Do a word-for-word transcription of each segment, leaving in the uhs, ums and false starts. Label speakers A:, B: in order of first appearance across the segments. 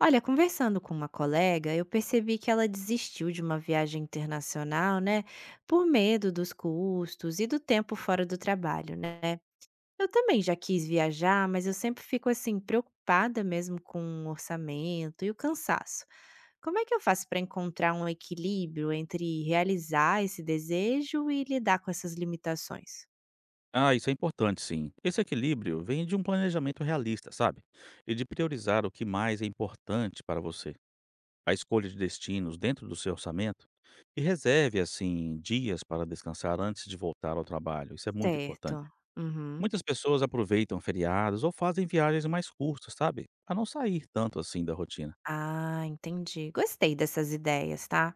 A: Olha, conversando com uma colega, eu percebi que ela desistiu de uma viagem internacional, né? Por medo dos custos e do tempo fora do trabalho, né? Eu também já quis viajar, mas eu sempre fico assim, preocupada mesmo com o orçamento e o cansaço. Como é que eu faço para encontrar um equilíbrio entre realizar esse desejo e lidar com essas limitações?
B: Ah, isso é importante, sim. Esse equilíbrio vem de um planejamento realista, sabe? E de priorizar o que mais é importante para você. A escolha de destinos dentro do seu orçamento. E reserve, assim, dias para descansar antes de voltar ao trabalho. Isso é muito importante.
A: Certo. Uhum.
B: Muitas pessoas aproveitam feriados ou fazem viagens mais curtas, sabe? A não sair tanto assim da rotina.
A: Ah, entendi. Gostei dessas ideias, tá?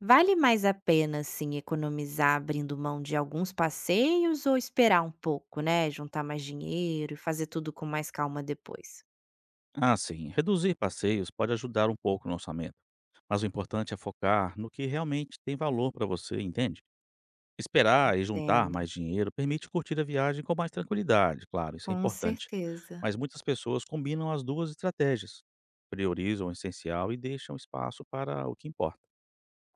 A: Vale mais a pena, assim, economizar abrindo mão de alguns passeios ou esperar um pouco, né, juntar mais dinheiro e fazer tudo com mais calma depois?
B: Ah, sim. Reduzir passeios pode ajudar um pouco no orçamento. Mas o importante é focar no que realmente tem valor para você, entende? Esperar e juntar
A: Entendo,
B: mais dinheiro permite curtir a viagem com mais tranquilidade, claro, isso é
A: com
B: importante.
A: certeza.
B: Mas muitas pessoas combinam as duas estratégias, priorizam o essencial e deixam espaço para o que importa.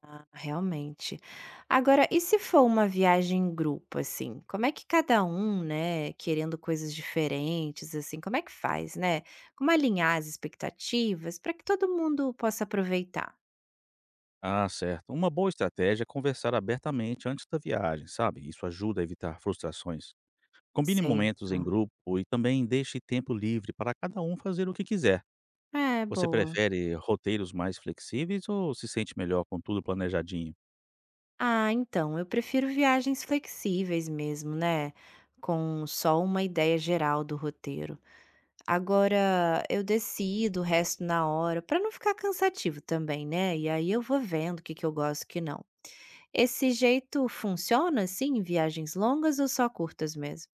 A: Ah, realmente. Agora, e se for uma viagem em grupo, assim, como é que cada um, né, querendo coisas diferentes, assim, como é que faz, né? Como alinhar as expectativas para que todo mundo possa aproveitar?
B: Ah, certo. Uma boa estratégia é conversar abertamente antes da viagem, sabe? Isso ajuda a evitar frustrações. Combine momentos em
A: Certo.
B: grupo e também deixe tempo livre para cada um fazer o que quiser.
A: É,
B: Você
A: boa.
B: prefere roteiros mais flexíveis ou se sente melhor com tudo planejadinho?
A: Ah, então, eu prefiro viagens flexíveis mesmo, né? Com só uma ideia geral do roteiro. Agora eu decido o resto na hora, para não ficar cansativo também, né? E aí eu vou vendo o que que eu gosto e o que não. Esse jeito funciona assim em viagens longas ou só curtas mesmo?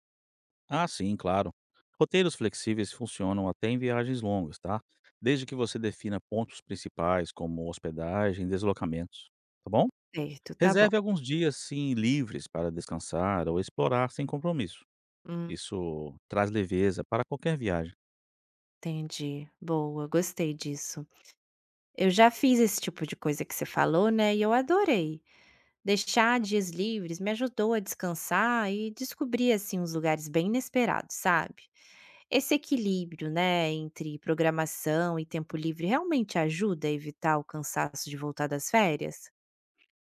B: Ah, sim, claro. Roteiros flexíveis funcionam até em viagens longas, tá? Desde que você defina pontos principais como hospedagem, e deslocamentos, tá bom?
A: Certo, tá bom.
B: Reserve alguns dias sim livres para descansar ou explorar sem compromisso.
A: Hum,
B: Isso traz leveza para qualquer viagem.
A: entendi. Boa, gostei disso. Eu já fiz esse tipo de coisa que você falou, né? E eu adorei. Deixar dias livres me ajudou a descansar e descobrir assim uns lugares bem inesperados, sabe? Esse equilíbrio, né, entre programação e tempo livre realmente ajuda a evitar o cansaço de voltar das férias?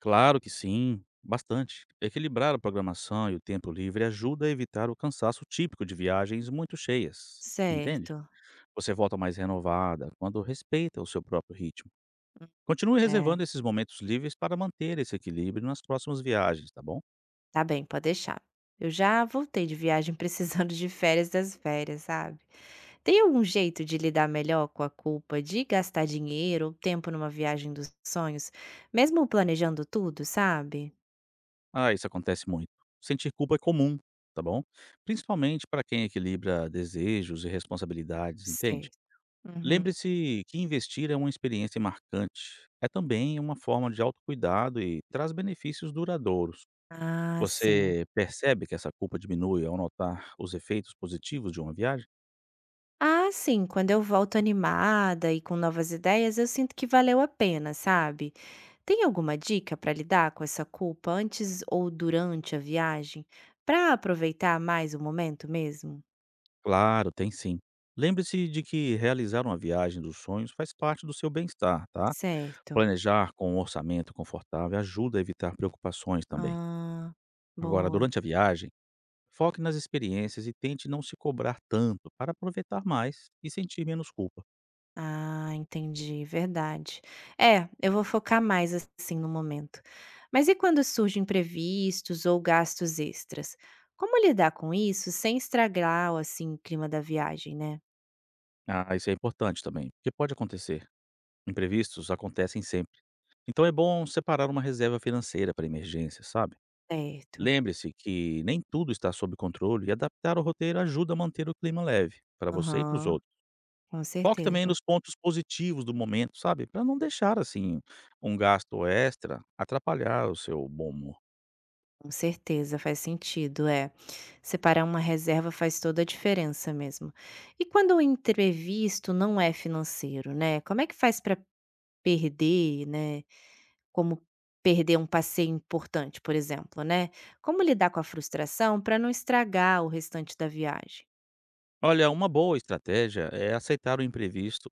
B: Claro que sim, bastante. Equilibrar a programação e o tempo livre ajuda a evitar o cansaço típico de viagens muito cheias, entende?
A: Certo.
B: Você volta mais renovada quando respeita o seu próprio ritmo. Continue
A: É,
B: reservando esses momentos livres para manter esse equilíbrio nas próximas viagens, tá bom?
A: tá bem, pode deixar. Eu já voltei de viagem precisando de férias das férias, sabe? Tem algum jeito de lidar melhor com a culpa de gastar dinheiro ou tempo numa viagem dos sonhos, mesmo planejando tudo, sabe?
B: Ah, isso acontece muito. Sentir culpa é comum, tá bom? Principalmente para quem equilibra desejos e responsabilidades, entende?
A: Certo. Uhum.
B: Lembre-se que investir é uma experiência marcante. É também uma forma de autocuidado e traz benefícios duradouros.
A: Ah, sim.
B: Você percebe que essa culpa diminui ao notar os efeitos positivos de uma viagem?
A: Ah, sim, quando eu volto animada e com novas ideias, eu sinto que valeu a pena, sabe? Tem alguma dica para lidar com essa culpa antes ou durante a viagem, para aproveitar mais o momento mesmo?
B: Claro, tem sim. Lembre-se de que realizar uma viagem dos sonhos faz parte do seu bem-estar, tá?
A: Certo.
B: Planejar com um orçamento confortável ajuda a evitar preocupações também.
A: Ah,
B: Agora,
A: boa.
B: durante a viagem, foque nas experiências e tente não se cobrar tanto para aproveitar mais e sentir menos culpa.
A: Ah, entendi, verdade. É, eu vou focar mais assim no momento. Mas e quando surgem imprevistos ou gastos extras? Como lidar com isso sem estragar o, assim, o clima da viagem, né?
B: Ah, isso é importante também, porque pode acontecer. Imprevistos acontecem sempre. Então é bom separar uma reserva financeira para emergência, sabe?
A: Certo.
B: Lembre-se que nem tudo está sob controle e adaptar o roteiro ajuda a manter o clima leve para você e para os
A: Aham,
B: outros.
A: com
B: Foque também
A: certeza.
B: nos pontos positivos do momento, sabe? Para não deixar assim um gasto extra atrapalhar o seu bom humor.
A: Com certeza, faz sentido, é. Separar uma reserva faz toda a diferença mesmo. E quando o imprevisto não é financeiro, né? Como é que faz para perder, né? Como perder um passeio importante, por exemplo, né. Como lidar com a frustração para não estragar o restante da viagem?
B: Olha, uma boa estratégia é aceitar o imprevisto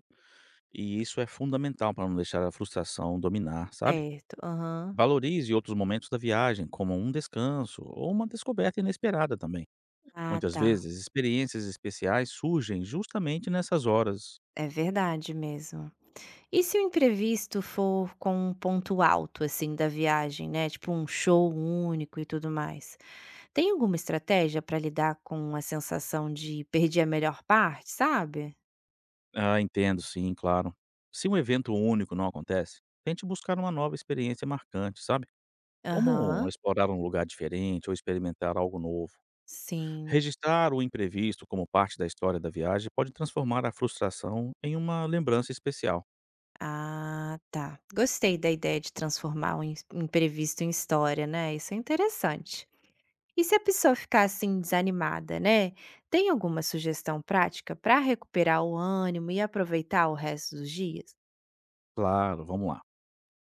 B: e isso é fundamental para não deixar a frustração dominar, sabe?
A: Certo, aham.
B: Valorize outros momentos da viagem, como um descanso ou uma descoberta inesperada também.
A: Ah,
B: Muitas
A: tá.
B: vezes, experiências especiais surgem justamente nessas horas.
A: É verdade mesmo. E se o imprevisto for com um ponto alto, assim, da viagem, né, tipo um show único e tudo mais, tem alguma estratégia para lidar com a sensação de perder a melhor parte, sabe?
B: Ah, entendo, sim, claro. Se um evento único não acontece, tente buscar uma nova experiência marcante, sabe? Como
A: Aham,
B: explorar um lugar diferente ou experimentar algo novo.
A: sim.
B: Registrar o imprevisto como parte da história da viagem pode transformar a frustração em uma lembrança especial.
A: Ah, tá. Gostei da ideia de transformar o ins- imprevisto em história, né? Isso é interessante. E se a pessoa ficar assim desanimada, né? Tem alguma sugestão prática para recuperar o ânimo e aproveitar o resto dos dias?
B: Claro, vamos lá.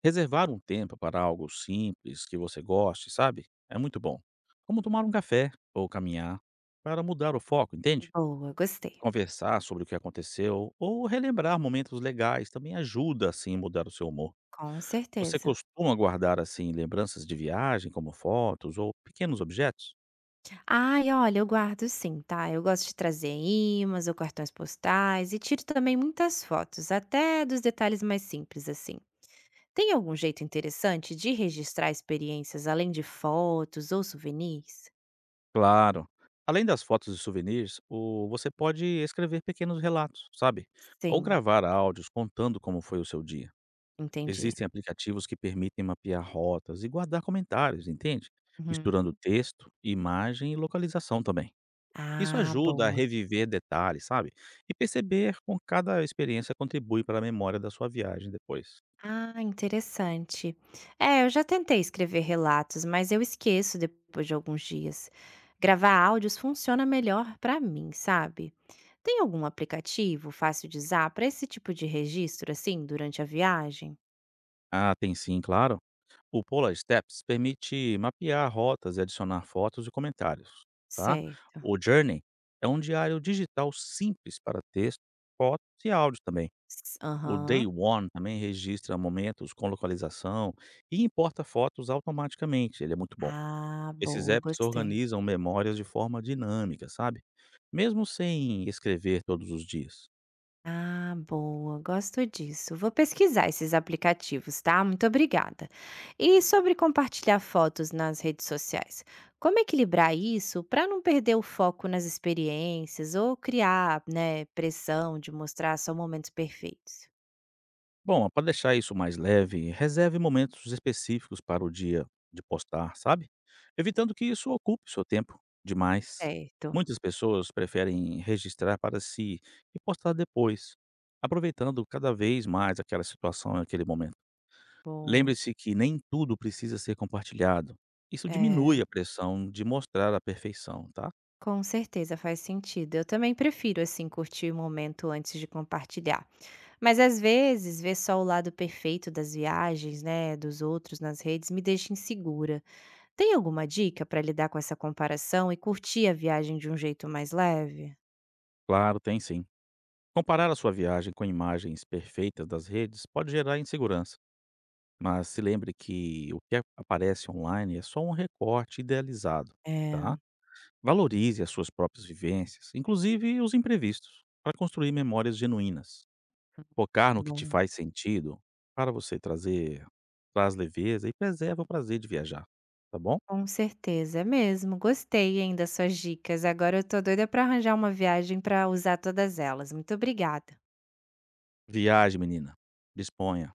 B: Reservar um tempo para algo simples que você goste, sabe? É muito bom. Como tomar um café ou caminhar para mudar o foco, entende?
A: Boa, gostei.
B: Conversar sobre o que aconteceu ou relembrar momentos legais também ajuda, assim, a mudar o seu humor.
A: Com
B: Você
A: certeza.
B: costuma guardar, assim, lembranças de viagem, como fotos ou pequenos objetos?
A: Ai, olha, eu guardo sim, tá? Eu gosto de trazer ímãs ou cartões postais e tiro também muitas fotos, até dos detalhes mais simples assim. Tem algum jeito interessante de registrar experiências além de fotos ou souvenirs?
B: Claro. Além das fotos e souvenirs, o- você pode escrever pequenos relatos, sabe? Ou
A: Sim,
B: gravar áudios contando como foi o seu dia.
A: entendi.
B: Existem aplicativos que permitem mapear rotas e guardar comentários, entende?
A: Uhum.
B: Misturando texto, imagem e localização também. Isso
A: Ah,
B: ajuda a
A: boa.
B: reviver detalhes, sabe, e perceber como cada experiência contribui para a memória da sua viagem depois.
A: Ah, interessante. É, eu já tentei escrever relatos, mas eu esqueço depois de alguns dias. Gravar áudios funciona melhor para mim, sabe? Tem algum aplicativo fácil de usar para esse tipo de registro, assim, durante a viagem?
B: Ah, tem sim, claro. O Polar Steps permite mapear rotas e adicionar fotos e comentários, tá?
A: Certo.
B: O Journey é um diário digital simples para texto, fotos e áudio também.
A: S-
B: O Day
A: Aham.
B: One também registra momentos com localização e importa fotos automaticamente. Ele é muito bom.
A: Ah,
B: Esses
A: boa,
B: apps
A: gostei.
B: organizam memórias de forma dinâmica, sabe? Mesmo sem escrever todos os dias.
A: Ah, boa, gosto disso. Vou pesquisar esses aplicativos, tá? Muito obrigada. E sobre compartilhar fotos nas redes sociais, como equilibrar isso para não perder o foco nas experiências ou criar, né, pressão de mostrar só momentos perfeitos?
B: Bom, para deixar isso mais leve, reserve momentos específicos para o dia de postar, sabe? Evitando que isso ocupe seu tempo demais.
A: Certo,
B: Muitas pessoas preferem registrar para si e postar depois, aproveitando cada vez mais aquela situação e aquele momento.
A: boa.
B: Lembre-se que nem tudo precisa ser compartilhado. Isso
A: É,
B: diminui a pressão de mostrar a perfeição, tá?
A: com certeza faz sentido. Eu também prefiro assim curtir o momento antes de compartilhar. Mas às vezes, ver só o lado perfeito das viagens, né, dos outros nas redes me deixa insegura. Tem alguma dica para lidar com essa comparação e curtir a viagem de um jeito mais leve?
B: Claro, tem sim. Comparar a sua viagem com imagens perfeitas das redes pode gerar insegurança, mas se lembre que o que a- aparece online é só um recorte idealizado,
A: É,
B: tá? Valorize as suas próprias vivências, inclusive os imprevistos, para construir memórias genuínas. Focar no que te
A: bom.
B: faz sentido para você trazer traz leveza e preserva o prazer de viajar, tá bom?
A: Com certeza, é mesmo. Gostei, ainda das suas dicas. Agora eu tô doida para arranjar uma viagem para usar todas elas. Muito obrigada.
B: Viaje, menina. Disponha.